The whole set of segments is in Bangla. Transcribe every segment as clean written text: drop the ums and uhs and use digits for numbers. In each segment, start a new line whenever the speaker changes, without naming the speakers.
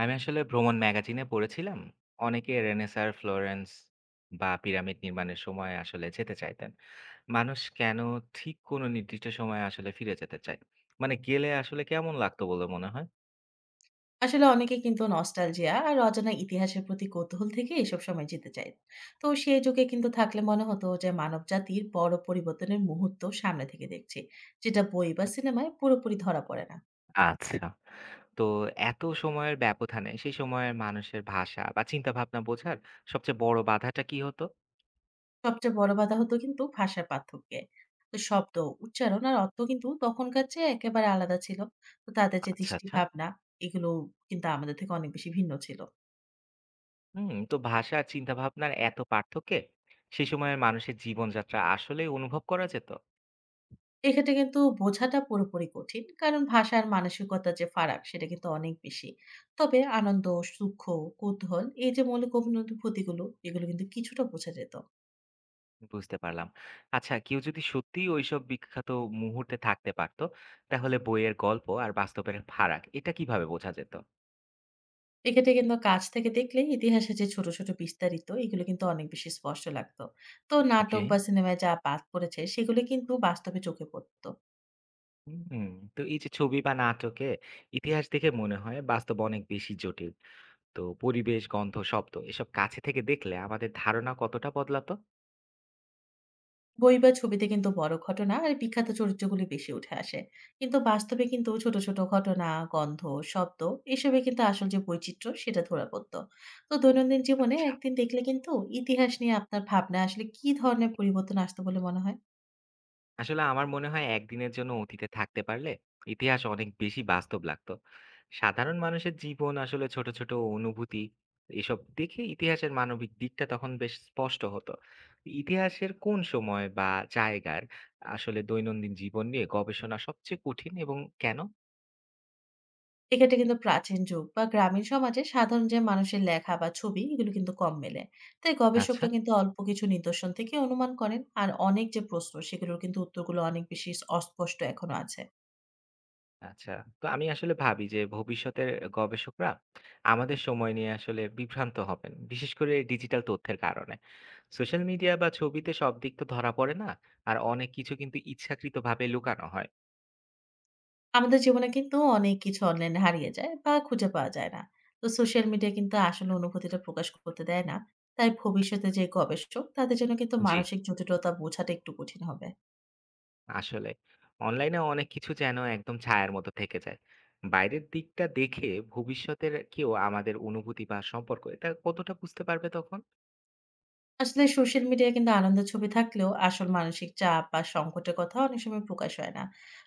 আমি আসলে ভ্রমণ ম্যাগাজিনে পড়েছিলাম অনেকে রেনেসাঁর ফ্লোরেন্স বা পিরামিড নির্মাণের সময় আসলে যেতে চাইতেন। মানুষ কেন ঠিক কোনো নির্দিষ্ট সময়ে আসলে ফিরে যেতে চায়? মানে গেলে আসলে কেমন লাগতো বলে মনে হয়?
আসলে অনেকে কিন্তু নস্টালজিয়া আর অজানা ইতিহাসের প্রতি কৌতূহল থেকে এসব সময় যেতে চায়। তো সেই যুগে কিন্তু থাকলে মনে হতো যে মানব জাতির বড় পরিবর্তনের মুহূর্ত সামনে থেকে দেখছি, যেটা বই বা সিনেমায় পুরোপুরি ধরা পড়ে না।
আচ্ছা, তো এত সময়ের ব্যবধানে সেই সময়ের মানুষের ভাষা বা চিন্তা ভাবনা বোঝার সবচেয়ে বড় বাধাটা কি হতো?
সবচেয়ে বড় বাধা হতো কিন্তু ভাষার পার্থক্যে। তো শব্দ, উচ্চারণ আর অর্থ কিন্তু তখনকার চেয়ে একেবারে আলাদা ছিল। তো তাদের যে
আচ্ছা,
দৃষ্টি
আচ্ছা।
ভাবনা, এগুলো কিন্তু আমাদের থেকে অনেক বেশি ভিন্ন ছিল।
হুম, তো ভাষা আর চিন্তা ভাবনার এত পার্থক্যে সেই সময়ের মানুষের জীবনযাত্রা আসলে অনুভব করা যেত?
এক্ষেত্রে কিন্তু বোঝাটা পুরোপুরি কঠিন। কারণ ভাষার মানসিকতার যে ফারাক সেটা কিন্তু অনেক বেশি। তবে আনন্দ, সুখ, কৌতূহল এই যে মৌলিক অনুভূতিগুলো এগুলো কিন্তু কিছুটা বোঝা যেত।
বুঝতে পারলাম। আচ্ছা, কেউ যদি সত্যিই ওইসব বিখ্যাত মুহূর্তে থাকতে পারতো, তাহলে বইয়ের গল্প আর বাস্তবের ফারাক এটা কিভাবে বোঝা যেত?
এক্ষেত্রে কিন্তু কাছ থেকে দেখলে ইতিহাসের যে ছোট, ছোট বিস্তারিত এগুলো কিন্তু অনেক বেশি স্পষ্ট লাগতো। তো নাটক
ওকে,
বা সিনেমায় যা বাদ পড়েছে সেগুলো কিন্তু বাস্তবে চোখে পড়তো।
হুম, তো এই যে ছবি বা নাটকে ইতিহাস দেখে মনে হয় বাস্তব অনেক বেশি জটিল। তো পরিবেশ, গন্ধ, শব্দ এসব কাছে থেকে দেখলে আমাদের ধারণা কতটা বদলাতো?
বই বা ছবিতে কিন্তু বড় ঘটনা আর বিখ্যাত চরিত্রগুলি বেশি উঠে আসে, কিন্তু বাস্তবে কিন্তু ছোট ছোট ঘটনা, গন্ধ, শব্দ এসবে কিন্তু আসল যে বৈচিত্র্য সেটা ধরা পড়তো। তো দৈনন্দিন জীবনে
আচ্ছা,
একদিন দেখলে কিন্তু ইতিহাস নিয়ে আপনার ভাবনা আসলে কি ধরনের পরিবর্তন আসতো বলে মনে হয়?
আসলে আমার মনে হয় একদিনের জন্য অতীতে থাকতে পারলে ইতিহাস অনেক বেশি বাস্তব লাগতো। সাধারণ মানুষের জীবন আসলে ছোট ছোট অনুভূতি এসব দেখে ইতিহাসের মানবিক দিকটা তখন বেশ স্পষ্ট হতো। ইতিহাসের কোন সময় বা জায়গার আসলে দৈনন্দিন জীবন নিয়ে গবেষণা সবচেয়ে কঠিন এবং কেন?
এক্ষেত্রে কিন্তু প্রাচীন যুগ বা গ্রামীণ সমাজে সাধারণ যে মানুষের লেখা বা ছবি এগুলো কিন্তু কম মেলে। তাই
আচ্ছা,
গবেষকরা কিন্তু অল্প কিছু নিদর্শন থেকে অনুমান করেন আর অনেক যে প্রশ্ন সেগুলোর কিন্তু উত্তরগুলো অনেক বেশি অস্পষ্ট এখনো আছে।
আচ্ছা। তো আমি আসলে ভাবি যে ভবিষ্যতের গবেষকরা আমাদের সময় নিয়ে আসলে বিভ্রান্ত হবেন। বিশেষ করে ডিজিটাল তথ্যের কারণে। সোশ্যাল মিডিয়া বা ছবিতে সব দিক তো ধরা পড়ে না। আর অনেক কিছু কিন্তু ইচ্ছাকৃতভাবে লুকানো হয়।
আমাদের জীবনে কিন্তু অনেক কিছু অনলাইনে হারিয়ে যায় বা খুঁজে পাওয়া যায় না। তো সোশ্যাল মিডিয়া কিন্তু আসলে অনুভূতিটা প্রকাশ করতে দেয় না। তাই ভবিষ্যতে যে গবেষক তাদের জন্য কিন্তু
জি।
মানসিক জটিলতা বোঝাটা একটু কঠিন হবে।
আসলে অনলাইনে অনেক কিছু যেন একদম ছায়ার মতো থেকে যায়। বাইরের দিকটা দেখে ভবিষ্যতের কেউ আমাদের অনুভূতি বা সম্পর্ক এটা কতটা বুঝতে পারবে তখন?
আসলে সোশ্যাল মিডিয়ায় কিন্তু আনন্দের ছবি থাকলেও আসল মানসিক চাপ বা সংকটের কথা অনেক সময় প্রকাশ হয় না।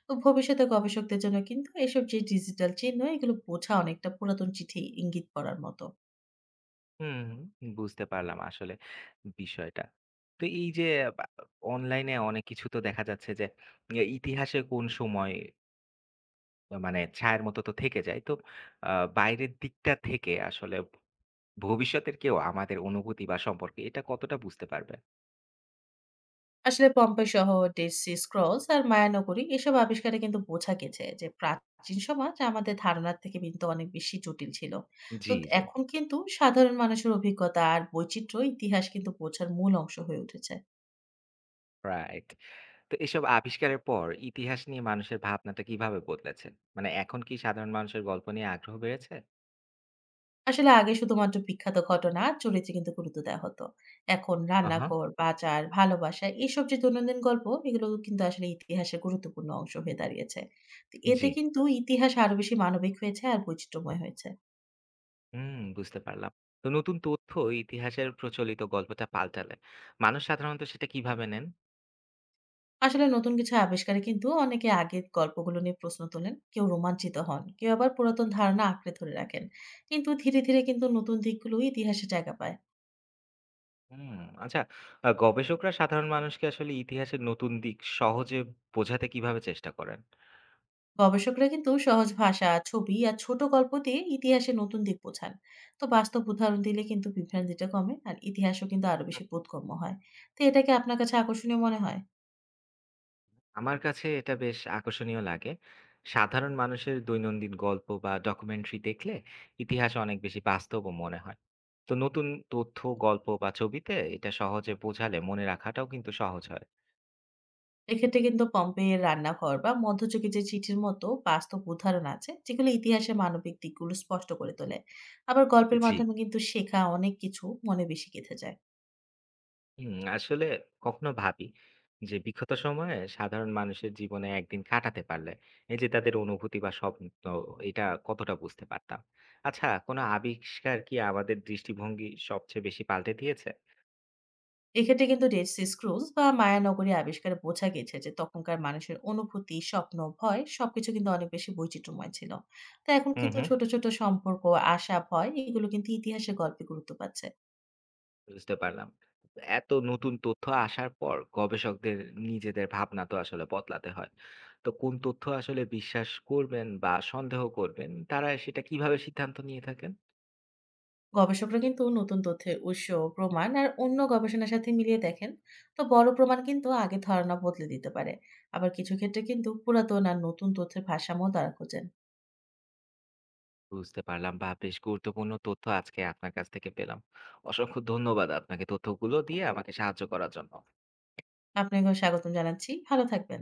তো ভবিষ্যতে গবেষকদের জন্য কিন্তু এসব যে ডিজিটাল চিহ্ন এগুলো বোঝা অনেকটা পুরাতন চিঠি ইঙ্গিত পড়ার মতো।
হুম, হুম। বুঝতে পারলাম আসলে বিষয়টা। তো এই যে বা অনলাইনে অনেক কিছু তো দেখা যাচ্ছে যে ইতিহাসে কোন সময় মানে ছায়ার মতো তো থেকে যায়। তো আ বাইরের দিকটা থেকে আসলে ভবিষ্যতের কেউ আমাদের অনুভূতি বা সম্পর্কে এটা কতটা বুঝতে পারবে?
আসলে পম্পেই শহর, ডেড সি স্ক্রলস আর মায়া নগরী এসব আবিষ্কারে কিন্তু বোঝা গেছে যে প্রাচীন সমাজ আমাদের ধারণার থেকে কিন্তু অনেক বেশি জটিল ছিল। তো
জি, জি।
এখন কিন্তু সাধারণ মানুষের অভিজ্ঞতা আর বৈচিত্র্য ইতিহাস কিন্তু বোঝার মূল অংশ হয়ে উঠেছে।
রাইট। তো এসব আবিষ্কারের পর ইতিহাস নিয়ে মানুষের ভাবনাটা কিভাবে বদলেছে? মানে এখন কি সাধারণ মানুষের গল্প নিয়ে আগ্রহ বেড়েছে?
আসলে আগে শুধুমাত্র বিখ্যাত ঘটনা আর চরিত্রে কিন্তু গুরুত্ব দেওয়া হতো। এখন
আহা,
রান্নাঘর, বাজার, ভালোবাসা এসব যে দৈনন্দিন গল্প এগুলো কিন্তু আসলে ইতিহাসের গুরুত্বপূর্ণ অংশ হয়ে দাঁড়িয়েছে। তো এতে
জি।
কিন্তু ইতিহাস আরো বেশি মানবিক হয়েছে আর বৈচিত্র্যময় হয়েছে।
হুম, বুঝতে পারলাম। তো নতুন তথ্য ইতিহাসের প্রচলিত গল্পটা পাল্টালে মানুষ সাধারণত সেটা কিভাবে নেন?
আসলে নতুন কিছু আবিষ্কারে কিন্তু অনেকে আগের গল্পগুলো নিয়ে প্রশ্ন তোলেন, কেউ রোমাঞ্চিত হন, কেউ আবার পুরাতন ধারণা আঁকড়ে ধরে রাখেন। কিন্তু ধীরে, ধীরে কিন্তু নতুন দিকগুলো ইতিহাসে জায়গা পায়।
হুম, আচ্ছা, গবেষকরা সাধারণ মানুষকে আসলে ইতিহাসের নতুন দিক সহজে বোঝাতে কিভাবে চেষ্টা করেন?
গবেষকরা কিন্তু সহজ ভাষা, ছবি আর ছোট গল্প দিয়ে ইতিহাসে নতুন দিক বোঝান। তো বাস্তব উদাহরণ দিলে কিন্তু বিভ্রান্তিটা কমে আর ইতিহাসও কিন্তু আরো বেশি বোধগম্য হয়। তো এটা কি আপনার কাছে আকর্ষণীয় মনে হয়?
আমার কাছে এটা বেশ আকর্ষণীয় লাগে। সাধারণ মানুষের দৈনন্দিন গল্প বা ডকুমেন্টারি দেখলে ইতিহাস অনেক বেশি বাস্তবও মনে হয়। তো নতুন তথ্য, গল্প বা ছবিতে এটা সহজে বোঝালে মনে রাখাটাও কিন্তু সহজ হয়।
এক্ষেত্রে কিন্তু পম্পেয়ের রান্নাঘর বা মধ্যযুগে যে চিঠির মতো বাস্তব উদাহরণ আছে যেগুলো ইতিহাসের মানবিক দিকগুলো স্পষ্ট করে তোলে। আবার গল্পের
জি,
মাধ্যমে কিন্তু শেখা অনেক কিছু মনে বেশি গেঁথে যায়।
হুম, আসলে কখনো ভাবি যে বিগত সময়ে সাধারণ মানুষের জীবনে একদিন কাটাতে পারলে এই যে তাদের অনুভূতি বা স্বপ্ন এটা কতটা বুঝতে পারতাম। আচ্ছা, কোনো আবিষ্কার কি আমাদের দৃষ্টিভঙ্গি সবচেয়ে বেশি পাল্টে দিয়েছে?
এক্ষেত্রে কিন্তু ডেড সি স্ক্রুজ বা মায়ানগরী আবিষ্কারে বোঝা গেছে যে তখনকার মানুষের অনুভূতি, স্বপ্ন, ভয় সবকিছু কিন্তু অনেক বেশি বৈচিত্র্যময় ছিল। তা এখন
হুম,
কিন্তু
হুম।
ছোট ছোট সম্পর্ক, আশা, ভয় এগুলো কিন্তু ইতিহাসের গল্পে গুরুত্ব পাচ্ছে।
বুঝতে পারলাম। এত নতুন তথ্য আসার পর গবেষকদের নিজেদের ভাবনা তো আসলে বদলাতে হয়। তো কোন তথ্য আসলে বিশ্বাস করবেন বা সন্দেহ করবেন তারা সেটা কিভাবে সিদ্ধান্ত নিয়ে থাকেন?
গবেষকরা কিন্তু নতুন তথ্যের উৎস, প্রমাণ আর অন্য গবেষণার সাথে মিলিয়ে দেখেন। তো বড় প্রমাণ কিন্তু আগে ধারণা বদলে দিতে পারে। আবার কিছু ক্ষেত্রে কিন্তু পুরাতন আর নতুন তথ্যের ভারসাম্য তারা খোঁজেন।
বুঝতে পারলাম। বাহ! বেশ গুরুত্বপূর্ণ তথ্য আজকে আপনার কাছ থেকে পেলাম। অসংখ্য ধন্যবাদ আপনাকে তথ্যগুলো দিয়ে আমাকে সাহায্য করার জন্য।
আপনাকেও স্বাগতম জানাচ্ছি। ভালো থাকবেন।